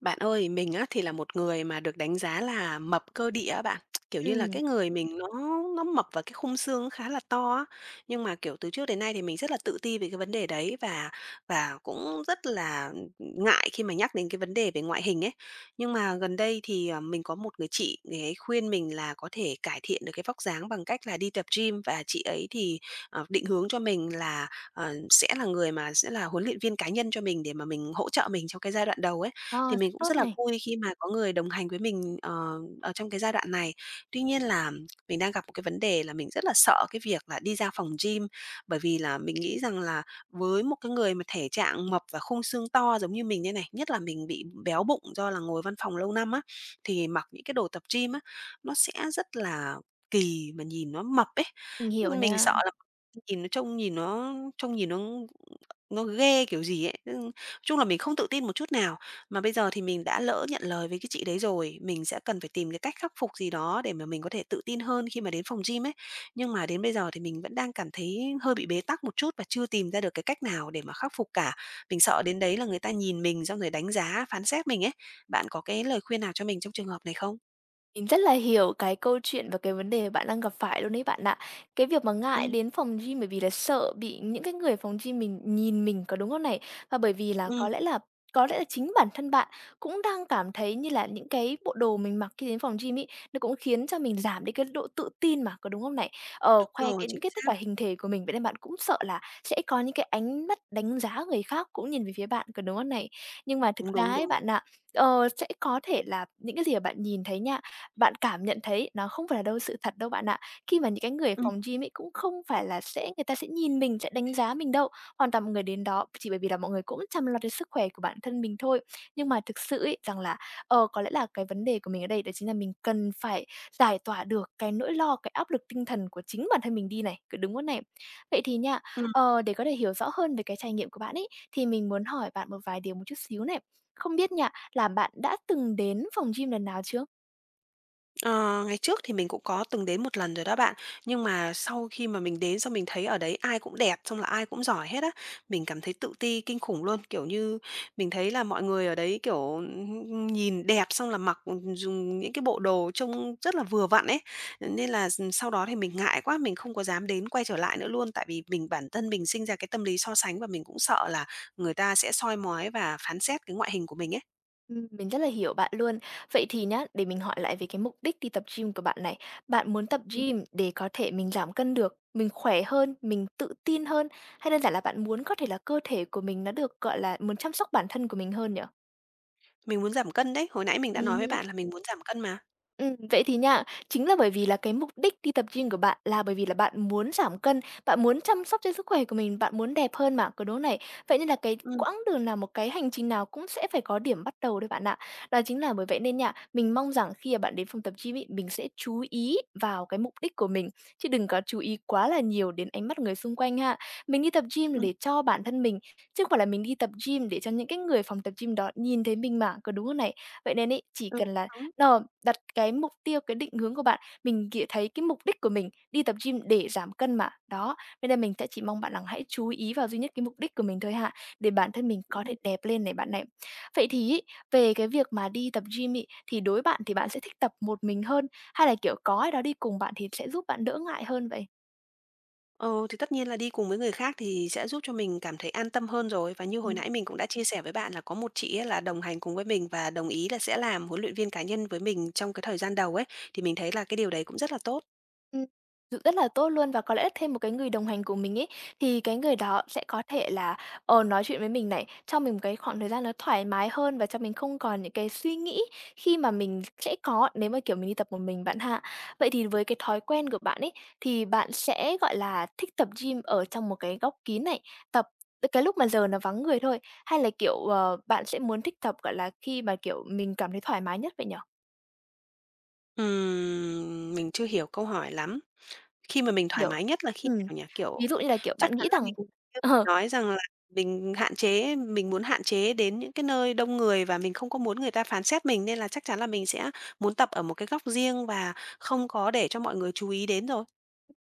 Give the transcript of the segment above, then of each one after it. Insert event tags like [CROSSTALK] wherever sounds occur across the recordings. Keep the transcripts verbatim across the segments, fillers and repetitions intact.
Bạn ơi, mình á thì là một người mà được đánh giá là mập cơ địa á bạn. [TSK] Kiểu như là, Ừm, cái người mình nó nó mập và cái khung xương khá là to á. Nhưng mà, kiểu, từ trước đến nay thì mình rất là tự ti về cái vấn đề đấy và và cũng rất là ngại khi mà nhắc đến cái vấn đề về ngoại hình ấy. Nhưng mà gần đây thì, ờ, mình có một người chị, người ấy khuyên mình là có thể cải thiện được cái vóc dáng bằng cách là đi tập gym và chị ấy thì, ờ, định hướng cho mình là, ờ, sẽ là người mà sẽ là huấn luyện viên cá nhân cho mình để mà mình hỗ trợ mình trong cái giai đoạn đầu ấy. ờ, Thì rất mình cũng tốt rất là này, vui khi mà có người đồng hành với mình, ờ, ở trong cái giai đoạn này. Tuy nhiên là mình đang gặp một cái vấn đề là mình rất là sợ cái việc là đi ra phòng gym, bởi vì là mình nghĩ rằng là với một cái người mà thể trạng mập và khung xương to giống như mình đây này, nhất là mình bị béo bụng do là ngồi văn phòng lâu năm á, thì mặc những cái đồ tập gym á, nó sẽ rất là kỳ mà nhìn nó mập ấy. mình hiểu Mình nè. sợ là nhìn nó trông nhìn nó trông nhìn nó nó ghê kiểu gì ấy, ưm, chung là mình không tự tin một chút nào. Mà bây giờ thì mình đã lỡ nhận lời với cái chị đấy rồi, mình sẽ cần phải tìm cái cách khắc phục gì đó để mà mình có thể tự tin hơn khi mà đến phòng gym ấy. Nhưng mà đến bây giờ thì mình vẫn đang cảm thấy hơi bị bế tắc một chút và chưa tìm ra được cái cách nào để mà khắc phục cả. Mình sợ đến đấy là người ta nhìn mình xong rồi đánh giá, phán xét mình ấy. Bạn có cái lời khuyên nào cho mình trong trường hợp này không? Mình rất là hiểu cái câu chuyện và cái vấn đề bạn đang gặp phải luôn đấy bạn ạ. Cái việc mà ngại Ừ. đến phòng gym bởi vì là sợ bị những cái người phòng gym mình nhìn mình, có đúng không này? Và bởi vì là Ừm, có lẽ là có lẽ là chính bản thân bạn cũng đang cảm thấy như là những cái bộ đồ mình mặc khi đến phòng gym ấy, nó cũng khiến cho mình giảm đi cái độ tự tin mà, có đúng không này? Ờ, đúng khoe rồi, cái chính những cái tất xác. cả hình thể của mình, vậy nên bạn cũng sợ là sẽ có những cái ánh mắt đánh giá người khác cũng nhìn về phía bạn, có đúng không này? Nhưng mà thực Đúng, ra đúng, ấy đúng. bạn ạ, ờ, sẽ có thể là những cái gì mà bạn nhìn thấy nha, bạn cảm nhận thấy nó không phải là đâu sự thật đâu bạn ạ. Khi mà những cái người ở Ừ, phòng gym ấy cũng không phải là sẽ người ta sẽ nhìn mình, sẽ đánh giá mình đâu. Hoàn toàn mọi người đến đó chỉ bởi vì là mọi người cũng chăm lo đến sức khỏe của bản thân mình thôi. Nhưng mà thực sự ấy rằng là, ờ, có lẽ là cái vấn đề của mình ở đây đó chính là mình cần phải giải tỏa được cái nỗi lo, cái áp lực tinh thần của chính bản thân mình đi này, cứ đúng không này? Vậy thì nha, ừ. ờ, để có thể hiểu rõ hơn về cái trải nghiệm của bạn ấy, thì mình muốn hỏi bạn một vài điều một chút xíu này. Không biết nha, là bạn đã từng đến phòng gym lần nào chưa? Ờ, Ngày trước thì mình cũng có từng đến một lần rồi đó bạn. Nhưng mà sau khi mà mình đến xong mình thấy ở đấy ai cũng đẹp, xong là ai cũng giỏi hết á. Mình cảm thấy tự ti kinh khủng luôn, kiểu như, mình thấy là mọi người ở đấy, kiểu, nhìn đẹp xong là mặc, dùng những cái bộ đồ trông rất là vừa vặn ấy. Nên là sau đó thì mình ngại quá, mình không có dám đến quay trở lại nữa luôn, tại vì mình bản thân mình sinh ra cái tâm lý so sánh và mình cũng sợ là người ta sẽ soi mói và phán xét cái ngoại hình của mình ấy. Ừm, mình rất là hiểu bạn luôn. Vậy thì nhá, để mình hỏi lại về cái mục đích đi tập gym của bạn này. Bạn muốn tập Ừm, gym để có thể mình giảm cân được, mình khỏe hơn, mình tự tin hơn, hay đơn giản là bạn muốn có thể là cơ thể của mình nó được, gọi là, muốn chăm sóc bản thân của mình hơn mình muốn giảm cân đấy, hồi nãy mình đã nói với nhỉ? bạn là mình muốn giảm cân mà. Ừm, vậy thì nha, chính là bởi vì là cái mục đích đi tập gym của bạn là bởi vì là bạn muốn giảm cân, bạn muốn chăm sóc cho sức khỏe của mình, bạn muốn đẹp hơn mà, có đúng này. Vậy nên là cái Ừm. quãng đường nào, một cái hành trình nào cũng sẽ phải có điểm bắt đầu đấy bạn ạ. Đó chính là bởi vậy nên nha, mình mong rằng khi mà bạn đến phòng tập gym ấy, mình sẽ chú ý vào cái mục đích của mình, chứ đừng có chú ý quá là nhiều đến ánh mắt của người xung quanh ha. Mình đi tập gym là Ừm, để cho bản thân mình, chứ không phải là mình đi tập gym để cho những cái người phòng tập gym đó nhìn thấy mình mà, có đúng không này? Vậy nên ấy, chỉ ừ, cần là, đúng, ờ, Đặt cái mục tiêu, cái định hướng của bạn, mình nghĩa thấy cái mục đích của mình đi tập gym để giảm cân mà. Đó, nên là mình sẽ chỉ mong bạn là hãy chú ý vào duy nhất cái mục đích của mình thôi hạ, để bản thân mình có thể ừm. đẹp lên này bạn này. Vậy thì ấy, về cái việc mà đi tập gym ấy, thì đối với bạn thì bạn sẽ thích tập một mình hơn, hay là, kiểu, có ai đó đi cùng bạn thì sẽ giúp bạn đỡ ngại hơn vậy? Ừ, thì tất nhiên là đi cùng với người khác thì sẽ giúp cho mình cảm thấy an tâm hơn rồi. Và như hồi Ừm. nãy mình cũng đã chia sẻ với bạn là có một chị ấy là đồng hành cùng với mình và đồng ý là sẽ làm huấn luyện viên cá nhân với mình trong cái thời gian đầu ấy, thì mình thấy là cái điều đấy cũng rất là tốt. Ừm, r rất là tốt luôn và có lẽ thêm một cái người đồng hành của mình ấy, thì cái người đó sẽ có thể là, ờ, nói chuyện với mình này, cho mình một cái khoảng thời gian nó thoải mái hơn và cho mình không còn những cái suy nghĩ khi mà mình sẽ có nếu mà, kiểu, mình đi tập một mình bạn hạ. Vậy thì với cái thói quen của bạn ấy, thì bạn sẽ, gọi là, thích tập gym ở trong một cái góc kín này, tập cái lúc mà giờ nó vắng người thôi? Hay là, kiểu, ờ, bạn sẽ muốn thích tập, gọi là, khi mà, kiểu, mình cảm thấy thoải mái nhất vậy nhở? Ừm, mình chưa hiểu câu hỏi lắm. Khi mà mình thoải Kiểu, mái nhất là khi ừm, nào nhỉ? Kiểu ví dụ như là, kiểu, chắc bạn chắn nghĩ là mình rằng như mình [LAUGHS] nói rằng là mình hạn chế mình muốn hạn chế đến những cái nơi đông người và mình không có muốn người ta phán xét mình, nên là chắc chắn là mình sẽ muốn tập ở một cái góc riêng và không có để cho mọi người chú ý đến rồi.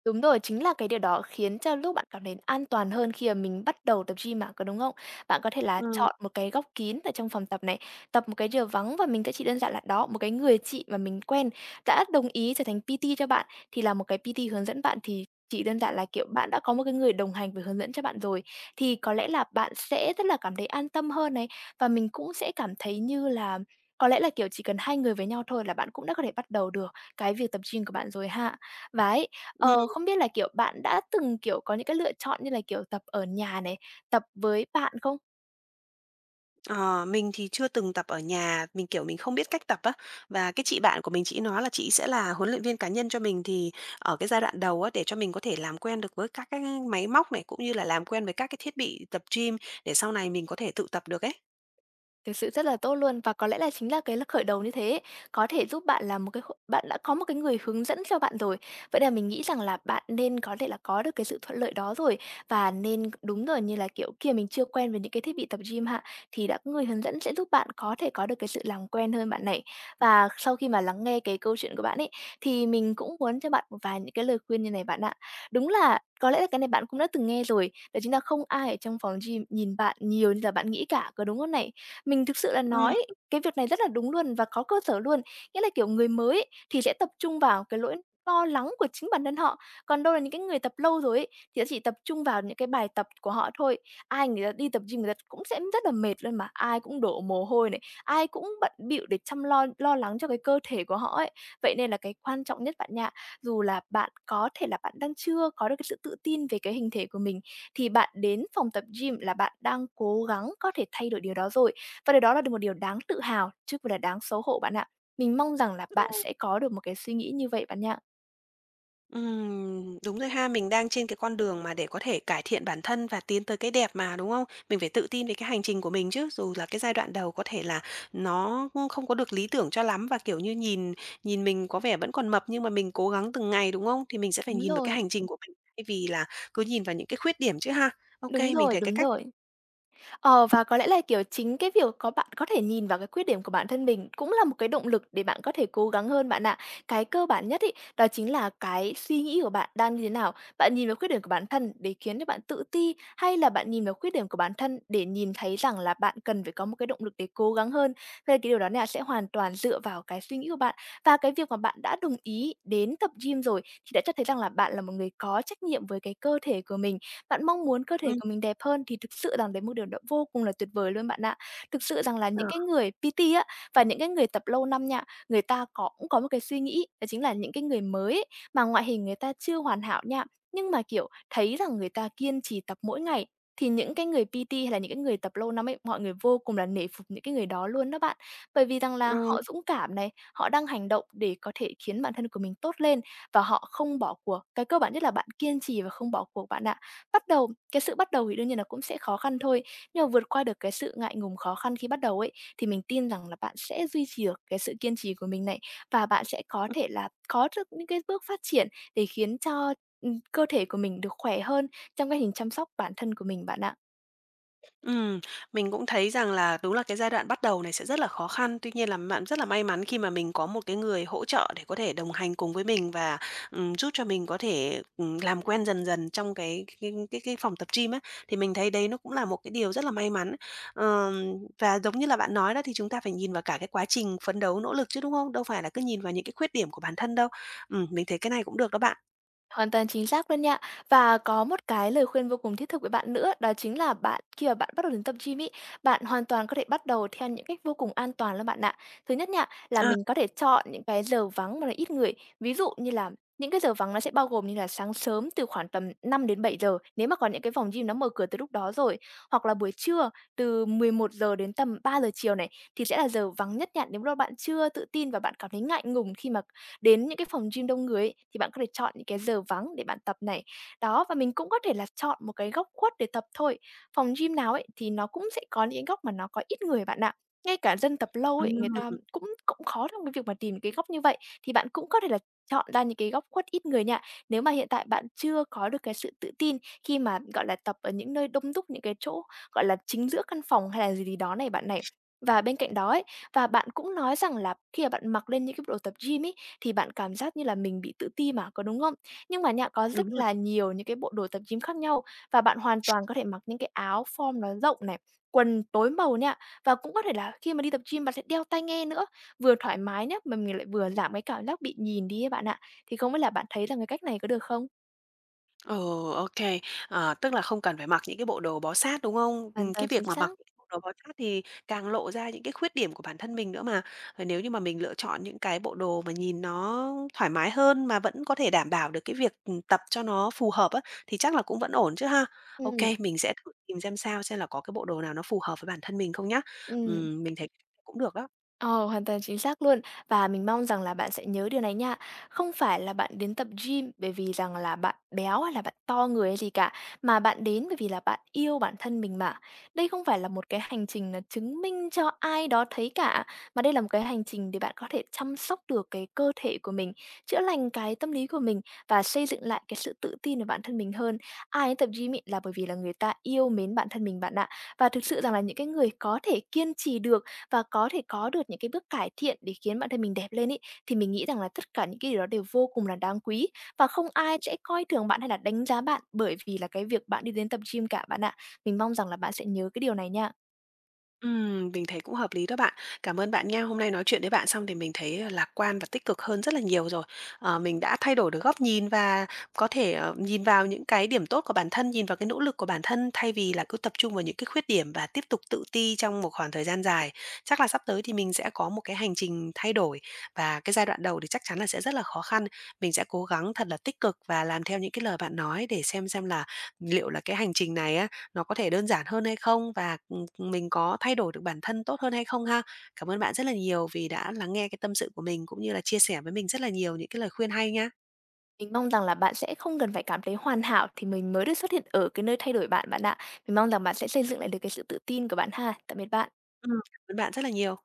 Đúng rồi, chính là cái điều đó khiến cho lúc bạn cảm thấy an toàn hơn khi mà mình bắt đầu tập gym mà, có đúng không? Bạn có thể là Ừm. chọn một cái góc kín ở trong phòng tập này, tập một cái giờ vắng, và mình sẽ chỉ đơn giản là đó, một cái người chị mà mình quen đã đồng ý trở thành pê tê cho bạn, thì là một cái pê tê hướng dẫn bạn, thì chỉ đơn giản là, kiểu, bạn đã có một cái người đồng hành và hướng dẫn cho bạn rồi, thì có lẽ là bạn sẽ rất là cảm thấy an tâm hơn này, và mình cũng sẽ cảm thấy như là có lẽ là, kiểu, chỉ cần hai người với nhau thôi là bạn cũng đã có thể bắt đầu được cái việc tập gym của bạn rồi ha. Và ấy, Ờ, Ừm. không biết là, kiểu, bạn đã từng, kiểu, có những cái lựa chọn như là, kiểu, tập ở nhà này, tập với bạn không? ờ, mình thì chưa từng tập ở nhà, mình, kiểu, mình không biết cách tập á, và cái chị bạn của mình chị nói là chị sẽ là huấn luyện viên cá nhân cho mình. Thì ở cái giai đoạn đầu á, để cho mình có thể làm quen được với các cái máy móc này, cũng như là làm quen với các cái thiết bị tập gym để sau này mình có thể tự tập được ấy. Thực sự rất là tốt luôn và có lẽ là chính là cái l khởi đầu như thế ấy, có thể giúp bạn là một cái kh bạn đã có một cái người hướng dẫn cho bạn rồi. Vậy là mình nghĩ rằng là bạn nên có thể là có được cái sự thuận lợi đó rồi, và nên đúng rồi, như là, kiểu, khi mà mình chưa quen với những cái thiết bị tập gym hạ, thì đã có người hướng dẫn sẽ giúp bạn có thể có được cái sự làm quen hơn bạn này. Và sau khi mà lắng nghe cái câu chuyện của bạn ấy, thì mình cũng muốn cho bạn một vài những cái lời khuyên như này bạn ạ. Đúng là có lẽ là cái này bạn cũng đã từng nghe rồi, đó chính là không ai ở trong phòng gym nhìn bạn nhiều như là bạn nghĩ cả, có đúng không này? Mình thực sự là Ừm. nói cái việc này rất là đúng luôn và có cơ sở luôn, nghĩa là, kiểu, người mới ấy, thì sẽ tập trung vào cái lỗi lo lắng của chính bản thân họ, còn đâu là những cái người tập lâu rồi ấy, thì sẽ chỉ tập trung vào những cái bài tập của họ thôi. Ai người ta đi tập gym người ta cũng sẽ rất là mệt luôn mà, ai cũng đổ mồ hôi này, ai cũng bận bịu để chăm lo lo lắng cho cái cơ thể của họ ấy. Vậy nên là cái quan trọng nhất bạn nha, dù là bạn có thể là bạn đang chưa có được cái sự tự tin về cái hình thể của mình, thì bạn đến phòng tập gym là bạn đang cố gắng có thể thay đổi điều đó rồi. Và điều đó là được một điều đáng tự hào chứ không phải là đáng xấu hổ bạn ạ. Mình mong rằng là bạn Ừ. sẽ có được một cái suy nghĩ như vậy bạn nha. Ừm, đúng rồi ha, mình đang trên cái con đường mà để có thể cải thiện bản thân và tiến tới cái đẹp mà, đúng không? Mình phải tự tin về cái hành trình của mình chứ, dù là cái giai đoạn đầu có thể là nó không có được lý tưởng cho lắm và, kiểu như, nhìn nhìn mình có vẻ vẫn còn mập nhưng mà mình cố gắng từng ngày, đúng không? Thì mình sẽ phải Đúng nhìn vào cái rồi, hành trình của mình thay vì là cứ nhìn vào những cái khuyết điểm chứ ha. Ok, đúng mình rồi, thấy cái đúng cách. rồi. Ờ, và có lẽ là, kiểu, chính cái việc có bạn có thể nhìn vào cái khuyết điểm của bản thân mình cũng là một cái động lực để bạn có thể cố gắng hơn bạn ạ. Cái cơ bản nhất ý đó chính là cái suy nghĩ của bạn đang như thế nào? Bạn nhìn vào khuyết điểm của bản thân để khiến cho bạn tự ti, hay là bạn nhìn vào khuyết điểm của bản thân để nhìn thấy rằng là bạn cần phải có một cái động lực để cố gắng hơn? Thế là cái điều đó nè sẽ hoàn toàn dựa vào cái suy nghĩ của bạn. Và cái việc mà bạn đã đồng ý đến tập gym rồi thì đã cho thấy rằng là bạn là một người có trách nhiệm với cái cơ thể của mình, bạn mong muốn cơ thể Ừm. của mình đẹp hơn thì thực sự rằng đấy một điều đó vô cùng là tuyệt vời luôn bạn ạ. Thực sự rằng là ờ, những cái người pê tê á, và những cái người tập lâu năm nha, người ta có cũng có một cái suy nghĩ, đó chính là những cái người mới ấy, mà ngoại hình người ta chưa hoàn hảo nha, nhưng mà, kiểu, thấy rằng người ta kiên trì tập mỗi ngày, thì những cái người pê tê hay là những cái người tập lâu năm ấy, mọi người vô cùng là nể phục những cái người đó luôn đó bạn. Bởi vì rằng là ừm. họ dũng cảm này, họ đang hành động để có thể khiến bản thân của mình tốt lên và họ không bỏ cuộc. Cái cơ bản nhất là bạn kiên trì và không bỏ cuộc bạn ạ. Bắt đầu cái sự bắt đầu thì đương nhiên là cũng sẽ khó khăn thôi, nhưng mà vượt qua được cái sự ngại ngùng khó khăn khi bắt đầu ấy, thì mình tin rằng là bạn sẽ duy trì được cái sự kiên trì của mình này, và bạn sẽ có thể là có được những cái bước phát triển để khiến cho, ừm, cơ thể của mình được khỏe hơn trong cái hình chăm sóc bản thân của mình bạn ạ. Ừm, mình cũng thấy rằng là đúng là cái giai đoạn bắt đầu này sẽ rất là khó khăn. Tuy nhiên là bạn rất là may mắn khi mà mình có một cái người hỗ trợ để có thể đồng hành cùng với mình và, ừm, giúp cho mình có thể, ừm, làm quen dần dần trong cái cái cái cái phòng tập gym á, thì mình thấy đấy nó cũng là một cái điều rất là may mắn. Ờm, và giống như là bạn nói đó, thì chúng ta phải nhìn vào cả cái quá trình phấn đấu, nỗ lực chứ, đúng không? Đâu phải là cứ nhìn vào những cái khuyết điểm của bản thân đâu. Ừm, mình thấy cái này cũng được đó bạn. Hoàn toàn chính xác luôn nha. Và có một cái lời khuyên vô cùng thiết thực với bạn nữa, đó chính là bạn khi mà bạn bắt đầu đến tập gym ấy, bạn hoàn toàn có thể bắt đầu theo những cách vô cùng an toàn luôn bạn ạ. Thứ nhất nha, là À, mình có thể chọn những cái giờ vắng mà nó ít người. Ví dụ như là những cái giờ vắng nó sẽ bao gồm như là sáng sớm từ khoảng tầm năm đến bảy giờ, nếu mà có những cái phòng gym nó mở cửa từ lúc đó rồi, hoặc là buổi trưa từ mười một giờ đến tầm ba giờ chiều này, thì sẽ là giờ vắng nhất nha, nếu mà bạn chưa tự tin và bạn cảm thấy ngại ngùng khi mà đến những cái phòng gym đông người ấy, thì bạn có thể chọn những cái giờ vắng để bạn tập này. Đó, và mình cũng có thể là chọn một cái góc khuất để tập thôi. Phòng gym nào ấy thì nó cũng sẽ có những cái góc mà nó có ít người bạn ạ. Ngay cả dân tập lâu ấy, người ta ừm, cũng cũng khó trong cái việc mà tìm cái góc như vậy, thì bạn cũng có thể là chọn ra những cái góc khuất ít người nha. Nếu mà hiện tại bạn chưa có được cái sự tự tin khi mà, gọi là, tập ở những nơi đông đúc, những cái chỗ, gọi là, chính giữa căn phòng hay là gì gì đó này bạn này. Và bên cạnh đó ấy, và bạn cũng nói rằng là khi mà bạn mặc lên những cái bộ đồ tập gym ấy, thì bạn cảm giác như là mình bị tự ti mà, có đúng không? Nhưng mà nha, có rất đúng rồi. là nhiều những cái bộ đồ tập gym khác nhau, và bạn hoàn toàn có thể mặc những cái áo form nó rộng này, quần tối màu nha. Và cũng có thể là khi mà đi tập gym bạn sẽ đeo tai nghe nữa, vừa thoải mái nhá, mà mình lại vừa giảm cái cảm giác bị nhìn đi ấy bạn ạ. Thì không biết là bạn thấy là cái cách này có được không? Ừ, ok kê. Ờ, tức là không cần phải mặc những cái bộ đồ bó sát, đúng không? Hoàn Ừm, cái toàn chính việc mà xác. mặc những cái bộ đồ bó sát thì càng lộ ra những cái khuyết điểm của bản thân mình nữa mà. Rồi nếu như mà mình lựa chọn những cái bộ đồ mà nhìn nó thoải mái hơn mà vẫn có thể đảm bảo được cái việc, ừm, tập cho nó phù hợp á, thì chắc là cũng vẫn ổn chứ ha? Ok, Ừ. mình sẽ thử tìm xem sao, xem là có cái bộ đồ nào nó phù hợp với bản thân mình không nhá. Ừ. Ừm, mình thấy cũng được đó. Ờ, hoàn toàn chính xác luôn. Và mình mong rằng là bạn sẽ nhớ điều này nha. Không phải là bạn đến tập gym bởi vì rằng là bạn béo hay là bạn to người hay gì cả, mà bạn đến bởi vì là bạn yêu bản thân mình mà. Đây không phải là một cái hành trình là chứng minh cho ai đó thấy cả, mà đây là một cái hành trình để bạn có thể chăm sóc được cái cơ thể của mình, chữa lành cái tâm lý của mình và xây dựng lại cái sự tự tin của bản thân mình hơn. Ai đến tập gym ấy là bởi vì là người ta yêu mến bản thân mình bạn ạ. Và thực sự rằng là những cái người có thể kiên trì được và có thể có được những cái bước cải thiện để khiến bản thân mình đẹp lên ấy, thì mình nghĩ rằng là tất cả những cái điều đó đều vô cùng là đáng quý, và không ai sẽ coi thường bạn hay là đánh giá bạn bởi vì là cái việc bạn đi đến tập gym cả bạn ạ. Mình mong rằng là bạn sẽ nhớ cái điều này nha. Ừm, mình thấy cũng hợp lý đó bạn. Cảm ơn bạn nha. Hôm nay nói chuyện với bạn xong thì mình thấy, ờ, lạc quan và tích cực hơn rất là nhiều rồi. Ờ, mình đã thay đổi được góc nhìn và có thể, ờ, nhìn vào những cái điểm tốt của bản thân, nhìn vào cái nỗ lực của bản thân thay vì là cứ tập trung vào những cái khuyết điểm và tiếp tục tự ti trong một khoảng thời gian dài. Chắc là sắp tới thì mình sẽ có một cái hành trình thay đổi và cái giai đoạn đầu thì chắc chắn là sẽ rất là khó khăn. Mình sẽ cố gắng thật là tích cực và làm theo những cái lời bạn nói để xem xem là liệu là cái hành trình này á, nó có thể đơn giản hơn hay không và mình có thay đổi được bản thân tốt hơn hay không ha. Cảm ơn bạn rất là nhiều vì đã lắng nghe cái tâm sự của mình cũng như là chia sẻ với mình rất là nhiều những cái lời khuyên hay nhá. Mình mong rằng là bạn sẽ không cần phải cảm thấy hoàn hảo thì mình mới được xuất hiện ở cái nơi thay đổi bạn bạn ạ. Mình mong rằng bạn sẽ xây dựng lại được cái sự tự tin của bạn ha. Tạm biệt bạn. Ừm, cảm ơn bạn rất là nhiều.